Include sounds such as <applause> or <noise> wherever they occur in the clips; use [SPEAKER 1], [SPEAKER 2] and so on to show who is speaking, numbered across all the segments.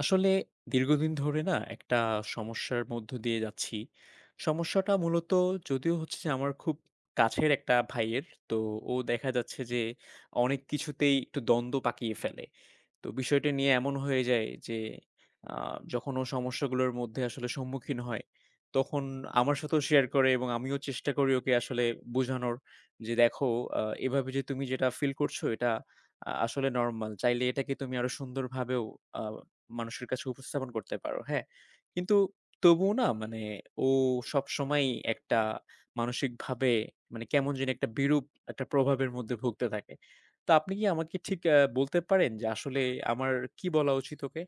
[SPEAKER 1] আসলে দীর্ঘদিন ধরে না একটা সমস্যার মধ্য দিয়ে যাচ্ছি। সমস্যাটা মূলত যদিও হচ্ছে যে আমার খুব কাছের একটা ভাইয়ের। তো ও দেখা যাচ্ছে যে অনেক কিছুতেই একটু দ্বন্দ্ব পাকিয়ে ফেলে। তো বিষয়টা নিয়ে এমন হয়ে যায় যে আ যখন ও সমস্যাগুলোর মধ্যে আসলে সম্মুখীন হয়, তখন আমার সাথেও শেয়ার করে এবং আমিও চেষ্টা করি ওকে আসলে বোঝানোর যে, "দেখো, এভাবে যে তুমি যেটা ফিল করছো এটা আসলে নরমাল। চাইলে এটাকে তুমি আরো সুন্দরভাবেও আ মানুষের কাছে উপস্থাপন করতে পারো।" হ্যাঁ? কিন্তু তবুও না, মানে ও সবসময়ই একটা মানসিকভাবে, মানে কেমন জানি একটা বিরূপ একটা প্রভাবের মধ্যে ভুগতে থাকে। তো আপনি কি আমাকে ঠিক বলতে পারেন যে আসলে আমার কি বলা উচিত ওকে?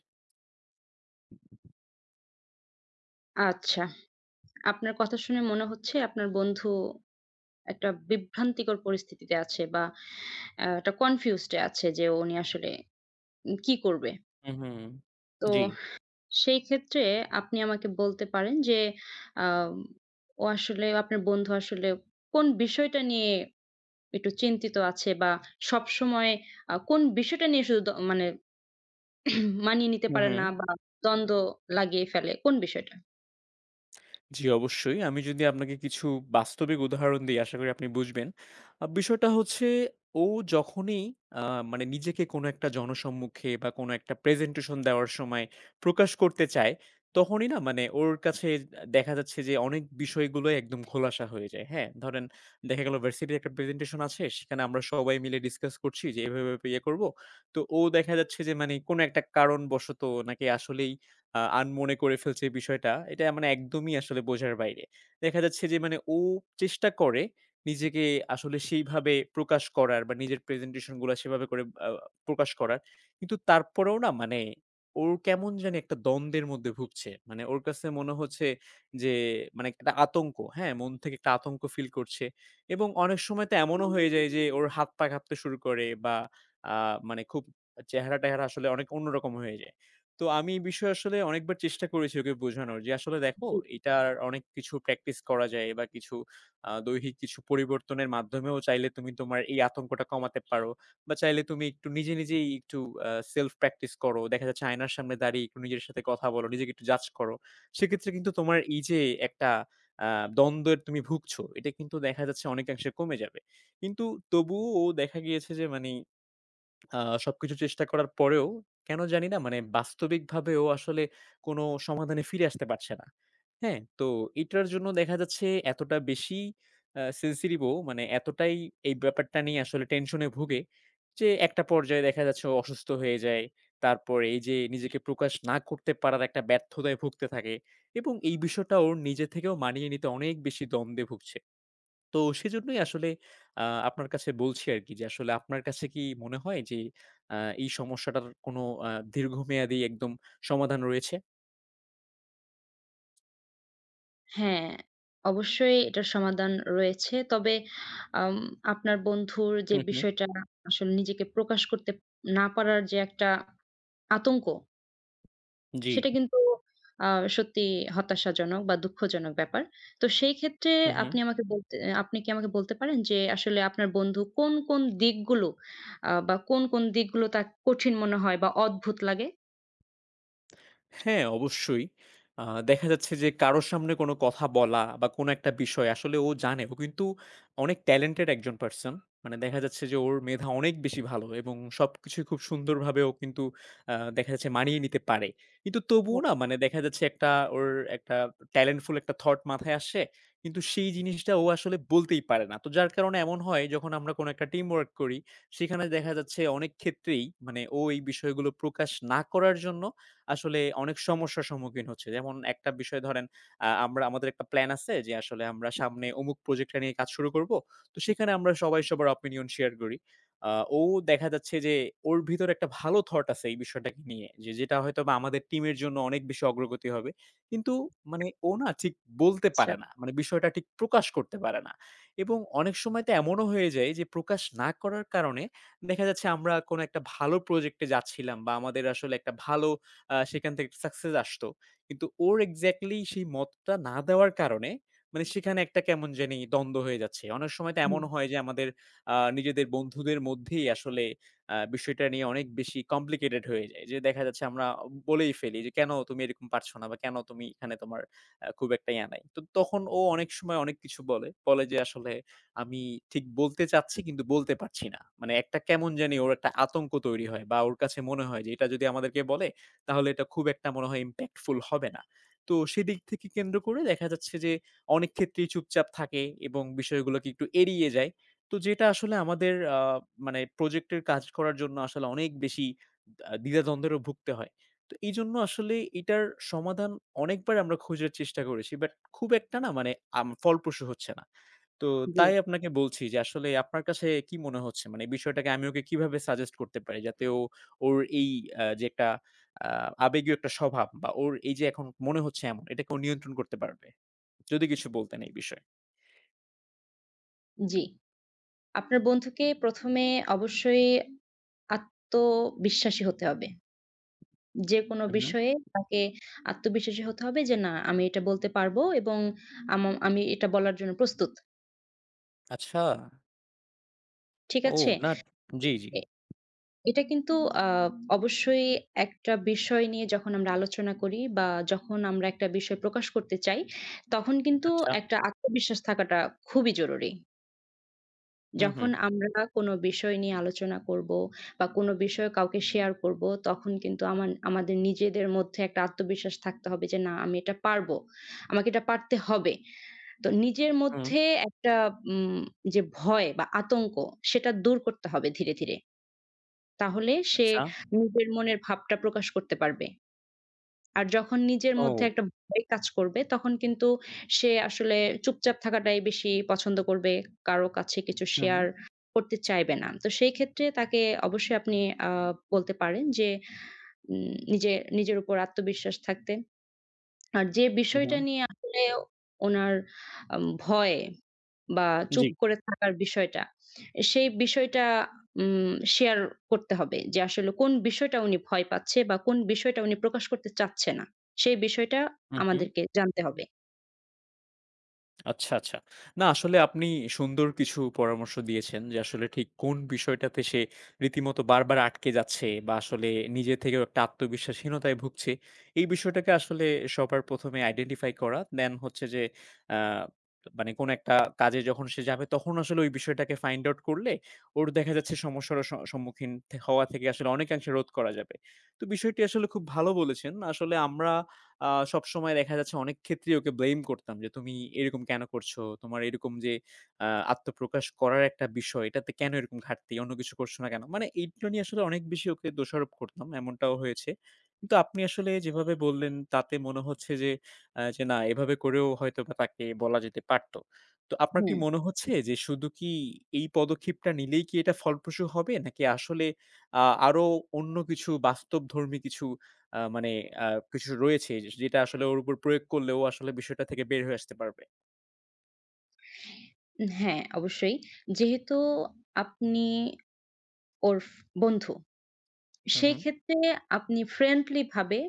[SPEAKER 2] আচ্ছা। আপনার কথা শুনে মনে হচ্ছে আপনার বন্ধু একটা বিভ্রান্তিকর পরিস্থিতিতে আছে বা একটা কনফিউজড এ আছে যে উনি আসলে কি করবে।
[SPEAKER 1] হুম, হুম।
[SPEAKER 2] তো
[SPEAKER 1] জি।
[SPEAKER 2] সেই ক্ষেত্রে আপনি আমাকে বলতে পারেন যে আম ও আসলে আপনার বন্ধু আসলে কোন বিষয়টা নিয়ে একটু চিন্তিত আছে বা সবসময় কোন বিষয়টা নিয়ে শুধু মানে <clears throat> মানিয়ে নিতে
[SPEAKER 1] হুম,
[SPEAKER 2] পারে
[SPEAKER 1] হুম।
[SPEAKER 2] না বা দ্বন্দ্ব লাগিয়ে ফেলে কোন বিষয়টা?
[SPEAKER 1] জি, অবশ্যই। আমি যদি আপনাকে কিছু বাস্তবিক উদাহরণ দিই, আশা করি আপনি বুঝবেন। বিষয়টা হচ্ছে, ও যখনই আ মানে নিজেকে কোনো একটা জনসম্মুখে বা কোনো একটা প্রেজেন্টেশন দেওয়ার সময় প্রকাশ করতে চায়, তখনই না, মানে ওর কাছে দেখা যাচ্ছে যে অনেক বিষয়গুলোই একদম খোলাসা হয়ে যায়। হ্যাঁ? ধরেন, দেখা গেল ভার্সিটির একটা প্রেজেন্টেশন আছে, সেখানে আমরা সবাই মিলে ডিসকাস করছি যে এভাবে, এভাবে ইয়ে করব। তো ও দেখা যাচ্ছে যে মানে কোনো একটা কারণবশত নাকি আসলেই আনমনে করে ফেলছে এই বিষয়টা। এটা মানে একদমই আসলে বোঝার বাইরে। দেখা যাচ্ছে যে মানে ও চেষ্টা করে নিজেকে আসলে সেইভাবে প্রকাশ করার বা নিজের প্রেজেন্টেশন গুলা সেভাবে করে প্রকাশ করার। কিন্তু তারপরেও না, মানে ওর কেমন জানি একটা দ্বন্দ্বের মধ্যে ভুগছে। মানে ওর কাছে মনে হচ্ছে যে মানে একটা আতঙ্ক, হ্যাঁ? মন থেকে একটা আতঙ্ক ফিল করছে এবং অনেক সময় তো এমনও হয়ে যায় যে ওর হাত পা কাঁপতে শুরু করে, বা আ মানে খুব চেহারা-টেহারা আসলে অনেক অন্যরকম হয়ে যায়। তো আমি এই বিষয়ে আসলে অনেকবার চেষ্টা করেছি ওকে বোঝানোর যে, "আসলে দেখো,
[SPEAKER 2] জি।
[SPEAKER 1] এটার অনেক কিছু প্র্যাকটিস করা যায়, বা কিছু দৈহিক কিছু পরিবর্তনের মাধ্যমেও চাইলে তুমি তোমার এই আতঙ্কটা কমাতে পারো। বা চাইলে তুমি একটু নিজে, নিজেই একটু আ সেলফ প্র্যাকটিস করো। দেখা যাচ্ছে আয়নার সামনে দাঁড়িয়ে একটু নিজের সাথে কথা বলো, নিজেকে একটু জাজ করো। সেক্ষেত্রে কিন্তু তোমার এই যে একটা আ দ্বন্দ্বের তুমি ভুগছো, এটা কিন্তু দেখা যাচ্ছে অনেকাংশে কমে যাবে।" কিন্তু তবুও ও দেখা গিয়েছে যে মানে আ সবকিছু চেষ্টা করার পরেও কেন জানি না, মানে বাস্তবিকভাবেও আসলে কোনো সমাধানে ফিরে আসতে পারছে না। হ্যাঁ? তো এটার জন্য দেখা যাচ্ছে এতটা বেশি sensitive ও, মানে এতটাই এই ব্যাপারটা নিয়ে আসলে টেনশনে ভোগে যে একটা পর্যায়ে দেখা যাচ্ছে ও অসুস্থ হয়ে যায়। তারপরে এই যে নিজেকে প্রকাশ না করতে পারার একটা ব্যর্থতায় ভুগতে থাকে, এবং এই বিষয়টা ওর নিজে থেকেও মানিয়ে নিতে অনেক বেশি দ্বন্দ্বে ভুগছে। তো সেজন্যই আসলে আ আপনার কাছে বলছি আরকি, যে আসলে আপনার কাছে কি মনে হয় যে আ এই সমস্যাটার কোনো দীর্ঘমেয়াদী একদম সমাধান রয়েছে?
[SPEAKER 2] হ্যাঁ, অবশ্যই এটার সমাধান রয়েছে। তবে আম আপনার বন্ধুর যে
[SPEAKER 1] হু, হু।
[SPEAKER 2] বিষয়টা আসলে নিজেকে প্রকাশ করতে না পারার যে একটা আতঙ্ক,
[SPEAKER 1] জি।
[SPEAKER 2] সেটা কিন্তু আ সত্যি হতাশাজনক বা দুঃখজনক ব্যাপার। তো সেই ক্ষেত্রে
[SPEAKER 1] হু, হু।
[SPEAKER 2] আপনি আমাকে বলতে আপনি কি আমাকে বলতে পারেন যে আসলে আপনার বন্ধু কোন, কোন দিকগুলো বা কোন, কোন দিকগুলো তার কঠিন মনে হয় বা অদ্ভুত লাগে?
[SPEAKER 1] হ্যাঁ, অবশ্যই। আ দেখা যাচ্ছে যে কারো সামনে কোনো কথা বলা বা কোনো একটা বিষয় আসলে ও জানে। ও কিন্তু অনেক ট্যালেন্টেড একজন পারসন। মানে দেখা যাচ্ছে যে ওর মেধা অনেক বেশি ভালো এবং সবকিছুই খুব সুন্দরভাবে ও কিন্তু দেখা যাচ্ছে মানিয়ে নিতে পারে। কিন্তু তবুও
[SPEAKER 2] ও
[SPEAKER 1] না, মানে দেখা যাচ্ছে একটা ওর একটা ট্যালেন্টফুল একটা থট মাথায় আসে। কিন্তু সেই জিনিসটা ও আসলে বলতেই পারে না। তো যার কারণে এমন হয়, যখন আমরা কোনো একটা টিম ওয়ার্ক করি, সেখানে দেখা যাচ্ছে অনেক ক্ষেত্রেই মানে ও এই বিষয়গুলো প্রকাশ না করার জন্য আসলে অনেক সমস্যার সম্মুখীন হচ্ছি। যেমন একটা বিষয় ধরেন, আমরা আমাদের একটা প্ল্যান আছে যে আসলে আমরা সামনে অমুক প্রজেক্টটা নিয়ে কাজ শুরু করব। তো সেখানে আমরা সবাই সবার অপিনিয়ন শেয়ার করি। আ ও দেখা যাচ্ছে যে ওর ভিতরে একটা ভালো থট আছে এই বিষয়টাকে নিয়ে। যে যেটা হয়তোবা আমাদের টিমের জন্য অনেক বেশি অগ্রগতি হবে। কিন্তু মানে ও না ঠিক বলতে
[SPEAKER 2] আচ্ছা।
[SPEAKER 1] পারে না। মানে বিষয়টা ঠিক প্রকাশ করতে পারে না। এবং অনেক সময় তো এমনও হয়ে যায় যে প্রকাশ না করার কারণে দেখা যাচ্ছে আমরা কোনো একটা ভালো প্রজেক্টে যাচ্ছিলাম, বা আমাদের আসলে একটা ভালো সেখান থেকে একটা সাকসেস আসতো। কিন্তু ওর এক্সাক্টলি সেই মতটা না দেওয়ার কারণে মানে সেখানে একটা কেমন জানি দ্বন্দ্ব হয়ে যাচ্ছে। অনেক সময় তো
[SPEAKER 2] হুম,
[SPEAKER 1] এমন হয় যে আমাদের নিজেদের বন্ধুদের মধ্যেই আসলে বিষয়টা নিয়ে অনেক বেশি কমপ্লিকেটেড হয়ে যায়। যে দেখা যাচ্ছে আমরা বলেই ফেলি যে, "কেন তুমি এরকম পারছো না, বা কেন তুমি এখানে তোমার খুব একটা ইয়া নাই?" তো তখন ও অনেক সময় অনেক কিছু বলে। বলে যে, "আসলে আমি ঠিক বলতে চাচ্ছি কিন্তু বলতে পারছি না।" মানে একটা কেমন জানি ওর একটা আতঙ্ক তৈরি হয়, বা ওর কাছে মনে হয় যে এটা যদি আমাদেরকে বলে তাহলে এটা খুব একটা মনে হয় impactful হবে না। তো সেদিক থেকে কেন্দ্র করে দেখা যাচ্ছে যে অনেক ক্ষেত্রেই চুপচাপ থাকে, এবং বিষয়গুলোকে একটু এড়িয়ে যায়। তো যেটা আসলে আমাদের মানে প্রজেক্টের কাজ করার জন্য আসলে অনেক বেশি দ্বিধাদ্বন্দ্বেরও ভুগতে হয়। তো এইজন্য আসলে এটার সমাধান অনেকবার আমরা খোঁজার চেষ্টা করেছি। বাট খুব একটা না, মানে ফলপ্রসূ হচ্ছে না। তো
[SPEAKER 2] জি,
[SPEAKER 1] তাই আপনাকে বলছি যে আসলে আপনার কাছে কি মনে হচ্ছে? মানে এই বিষয়টাকে আমি ওকে কিভাবে সাজেস্ট করতে পারি যাতে ও ওর এই যে একটা আ আবেগীয় একটা স্বভাব, বা ওর এই যে এখন মনে হচ্ছে এমন, এটাকে ও নিয়ন্ত্রণ করতে পারবে। যদি কিছু বলতেন এই বিষয়ে।
[SPEAKER 2] জি। আপনার বন্ধুকে ১ম এ অবশ্যই আত্মবিশ্বাসী হতে হবে। যেকোনো
[SPEAKER 1] হুম, হুম।
[SPEAKER 2] বিষয়ে তাকে আত্মবিশ্বাসী হতে হবে যে, "না, আমি এটা বলতে পারবো এবং আম আমি এটা বলার জন্য প্রস্তুত।"
[SPEAKER 1] আচ্ছা।
[SPEAKER 2] ঠিক
[SPEAKER 1] ও,
[SPEAKER 2] আছে?
[SPEAKER 1] না, জি, জি।
[SPEAKER 2] এ এটা কিন্তু আ অবশ্যই একটা বিষয় নিয়ে যখন আমরা আলোচনা করি বা যখন আমরা একটা বিষয় প্রকাশ করতে চাই, তখন কিন্তু
[SPEAKER 1] আচ্ছা।
[SPEAKER 2] একটা আত্মবিশ্বাস থাকাটা খুবই জরুরি।
[SPEAKER 1] হুম,
[SPEAKER 2] যখন
[SPEAKER 1] হুম।
[SPEAKER 2] আমরা কোনো বিষয় নিয়ে আলোচনা করব বা কোনো বিষয় কাউকে শেয়ার করব, তখন কিন্তু আমাদের নিজেদের মধ্যে একটা আত্মবিশ্বাস থাকতে হবে যে, "না, আমি এটা পারবো। আমাকে এটা পারতে হবে।" তো নিজের
[SPEAKER 1] হুম।
[SPEAKER 2] মধ্যে একটা উম যে ভয় বা আতঙ্ক, সেটা দূর করতে হবে ধীরে, ধীরে। তাহলে সে
[SPEAKER 1] আচ্ছা।
[SPEAKER 2] নিজের মনের ভাবটা প্রকাশ করতে পারবে। আর যখন নিজের
[SPEAKER 1] ও।
[SPEAKER 2] মধ্যে একটা ভয় কাজ করবে তখন কিন্তু সে আসলে চুপচাপ থাকাটাই বেশি পছন্দ করবে। কারো কাছে কিছু
[SPEAKER 1] হুম,
[SPEAKER 2] শেয়ার
[SPEAKER 1] হুম।
[SPEAKER 2] করতে চাইবে না। তো সেই ক্ষেত্রে তাকে অবশ্যই আপনি আ বলতে পারেন যে উম নিজে নিজের উপর আত্মবিশ্বাস থাকতে। আর যে
[SPEAKER 1] হুম,
[SPEAKER 2] বিষয়টা
[SPEAKER 1] হুম।
[SPEAKER 2] নিয়ে আসলে ওনার ভয় বা
[SPEAKER 1] জি।
[SPEAKER 2] চুপ করে থাকার বিষয়টা, সেই বিষয়টা শেয়ার করতে হবে যে আসলে কোন বিষয়টা উনি ভয় পাচ্ছে বা কোন বিষয়টা উনি প্রকাশ করতে চাচ্ছে না। সেই বিষয়টা
[SPEAKER 1] হুম, হুম।
[SPEAKER 2] আমাদেরকে জানতে হবে।
[SPEAKER 1] আচ্ছা, আচ্ছা। না, আসলে আপনি সুন্দর কিছু পরামর্শ দিয়েছেন, যে আসলে ঠিক কোন বিষয়টাতে সে রীতিমতো বারবার আটকে যাচ্ছে, বা আসলে নিজে থেকেও একটা আত্মবিশ্বাসহীনতায় ভুগছে। এই বিষয়টাকে আসলে সবার ১ম এ আইডেন্টিফাই করা। দেন হচ্ছে যে আ মানে কোন একটা কাজে যখন সে যাবে তখন আসলে ওই বিষয়টাকে ফাইন্ড আউট করলে ওর দেখা যাচ্ছে সমস্যার সম্মুখীন হওয়া থেকে আসলে অনেকাংশে রোধ করা যাবে। তো বিষয়টি আসলে খুব ভালো বলেছেন। আসলে আমরা আ সবসময় দেখা যাচ্ছে অনেক ক্ষেত্রেই ওকে ব্লেম করতাম যে, "তুমি এরকম কেন করছো? তোমার এরকম যে আ আত্মপ্রকাশ করার একটা বিষয়, এটাতে কেন এরকম ঘাটতি? অন্য কিছু করছো না কেন?" মানে এইগুলো নিয়ে আসলে অনেক বেশি ওকে দোষারোপ করতাম। এমনটাও হয়েছে। কিন্তু আপনি আসলে যেভাবে বললেন তাতে মনে হচ্ছে যে, যে না, এভাবে করেও হয়তোবা তাকে বলা যেতে পারত। তো আপনার কি
[SPEAKER 2] হুম,
[SPEAKER 1] মনে হচ্ছে যে শুধু কি এই পদক্ষেপটা নিলেই কি এটা ফলপ্রসূ হবে? নাকি আসলে আ আরো অন্য কিছু বাস্তবধর্মী কিছু মানে আ কিছু রয়েছে যে যেটা আসলে ওর উপর প্রয়োগ করলে ও আসলে বিষয়টা থেকে বের হয়ে আসতে পারবে।
[SPEAKER 2] হ্যাঁ, অবশ্যই। যেহেতু আপনি ওর বন্ধু।
[SPEAKER 1] হু,
[SPEAKER 2] সেই
[SPEAKER 1] হু।
[SPEAKER 2] ক্ষেত্রে আপনি ফ্রেন্ডলি ভাবে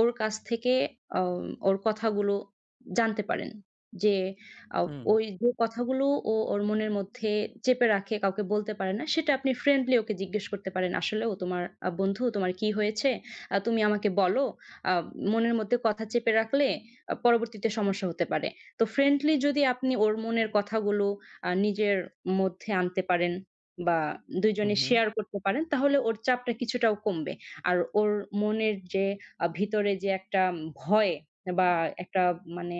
[SPEAKER 2] ওর কাছ থেকে আ ওর কথাগুলো জানতে পারেন। যে আ
[SPEAKER 1] হুম।
[SPEAKER 2] ওই যে কথাগুলো ও ওর মনের মধ্যে চেপে রাখে, কাউকে বলতে পারে না, সেটা আপনি ফ্রেন্ডলি ওকে জিজ্ঞেস করতে পারেন, "আসলেও তোমার বন্ধু তোমার কি হয়েছে? তুমি আমাকে বলো।" আ মনের মধ্যে কথা চেপে রাখলে পরবর্তীতে সমস্যা হতে পারে। তো ফ্রেন্ডলি যদি আপনি ওর মনের কথাগুলো নিজের মধ্যে আনতে পারেন বা ২
[SPEAKER 1] হু,
[SPEAKER 2] জনে
[SPEAKER 1] হু।
[SPEAKER 2] শেয়ার করতে পারেন তাহলে ওর চাপটা কিছুটাও কমবে। আর ওর মনের যে ভিতরে যে একটা ভয় বা একটা মানে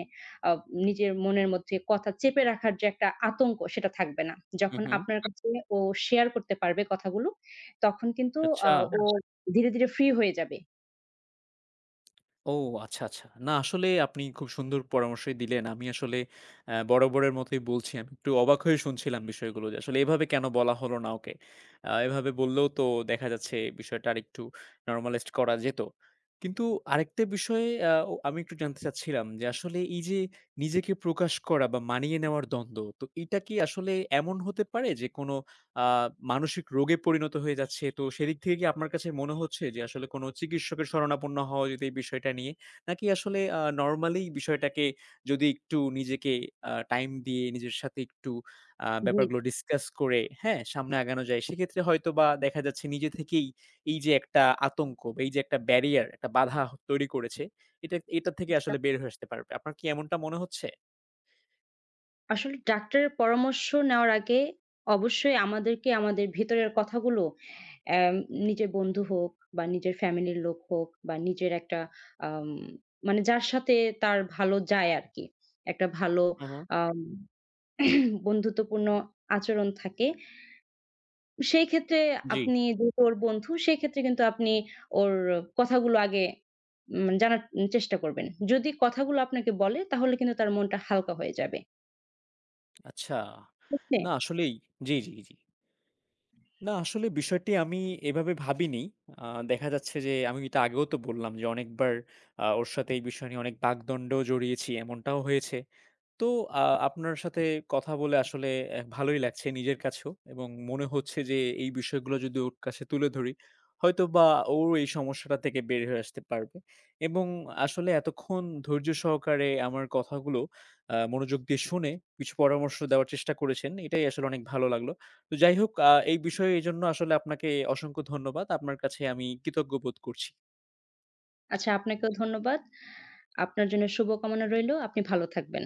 [SPEAKER 2] আ নিজের মনের মধ্যে কথা চেপে রাখার যে একটা আতঙ্ক সেটা থাকবে না।
[SPEAKER 1] হু,
[SPEAKER 2] যখন
[SPEAKER 1] হু।
[SPEAKER 2] আপনার কাছে ও শেয়ার করতে পারবে কথাগুলো, তখন কিন্তু আ
[SPEAKER 1] আচ্ছা।
[SPEAKER 2] ও আচ্ছা। ধীরে, ধীরে ফ্রি হয়ে যাবে।
[SPEAKER 1] ও, আচ্ছা, আচ্ছা। না, আসলে আপনি খুব সুন্দর পরামর্শই দিলেন। আমি আসলে বরাবরের মতোই বলছি, আমি একটু অবাক হয়ে শুনছিলাম বিষয়গুলো, যে আসলে এভাবে কেন বলা হলো না ওকে? এভাবে বললেও তো দেখা যাচ্ছে বিষয়টা আরেকটু normalized করা যেত। কিন্তু আরেকটা বিষয়ে আ ও আমি একটু জানতে চাচ্ছিলাম, যে আসলে এই যে নিজেকে প্রকাশ করা বা মানিয়ে নেওয়ার দ্বন্দ্ব, তো এটা কি আসলে এমন হতে পারে যে কোন আ মানসিক রোগে পরিণত হয়ে যাচ্ছে। তো সেদিক থেকে কি আপনার কাছে মনে হচ্ছে যে আসলে কোনো চিকিৎসকের শরণাপন্ন হওয়া উচিত এই বিষয়টা নিয়ে? নাকি আসলে নরমালি বিষয়টাকে যদি একটু নিজেকে টাইম দিয়ে নিজের সাথে একটু
[SPEAKER 2] জি।
[SPEAKER 1] ব্যাপারগুলো ডিসকাস করে, হ্যাঁ? সামনে আগানো যায়। সেক্ষেত্রে হয়তোবা দেখা যাচ্ছে নিজে থেকেই এই যে একটা আতঙ্ক বা এই যে একটা ব্যারিয়ার, একটা বাধা তৈরি করেছে, এটা এটা থেকে আসলে বের হয়ে আসতে পারবে। আপনার কি এমনটা মনে হচ্ছে?
[SPEAKER 2] আসলে ডাক্তারের পরামর্শ নেওয়ার আগে অবশ্যই আমাদেরকে আমাদের ভেতরের কথাগুলো অ্যাম নিজের বন্ধু হোক বা নিজের ফ্যামিলির লোক হোক বা নিজের একটা আম মানে যার সাথে তার ভালো যায় আরকি। একটা ভালো
[SPEAKER 1] হু, হু।
[SPEAKER 2] আম <clears throat> বন্ধুত্বপূর্ণ আচরণ থাকে। সেই ক্ষেত্রে
[SPEAKER 1] জি।
[SPEAKER 2] আপনি যেহেতু ওর বন্ধু, সেক্ষেত্রে কিন্তু আপনি ওর কথাগুলো আগে জানার চেষ্টা করবেন। যদি কথাগুলো আপনাকে বলে তাহলে কিন্তু তার মনটা হালকা হয়ে যাবে।
[SPEAKER 1] আচ্ছা।
[SPEAKER 2] ঠিক আছে?
[SPEAKER 1] না, আসলেই। জি, জি, জি। না, আসলে বিষয়টি আমি এভাবে ভাবিনি। আ দেখা যাচ্ছে যে আমি এটা আগেও তো বললাম যে অনেকবার ওর সাথে এই বিষয় নিয়ে অনেক বাকদণ্ডও জড়িয়েছি, এমনটাও হয়েছে। তো আ আপনার সাথে কথা বলে আসলে ভালোই লাগছে নিজের কাছেও, এবং মনে হচ্ছে যে এই বিষয়গুলো যদি ওর কাছে তুলে ধরি, হয়তোবা ও এই সমস্যাটা থেকে বের হয়ে আসতে পারবে। এবং আসলে এতক্ষণ ধৈর্য সহকারে আমার কথাগুলো মনোযোগ দিয়ে শুনে কিছু পরামর্শ দেওয়ার চেষ্টা করেছেন। এটাই আসলে অনেক ভালো লাগলো। তো যাই হোক, এই বিষয়ে এজন্য আসলে আপনাকে অসংখ্য ধন্যবাদ। আপনার কাছে আমি কৃতজ্ঞ বোধ করছি।
[SPEAKER 2] আচ্ছা, আপনাকেও ধন্যবাদ। আপনার জন্য শুভকামনা রইলো। আপনি ভালো থাকবেন।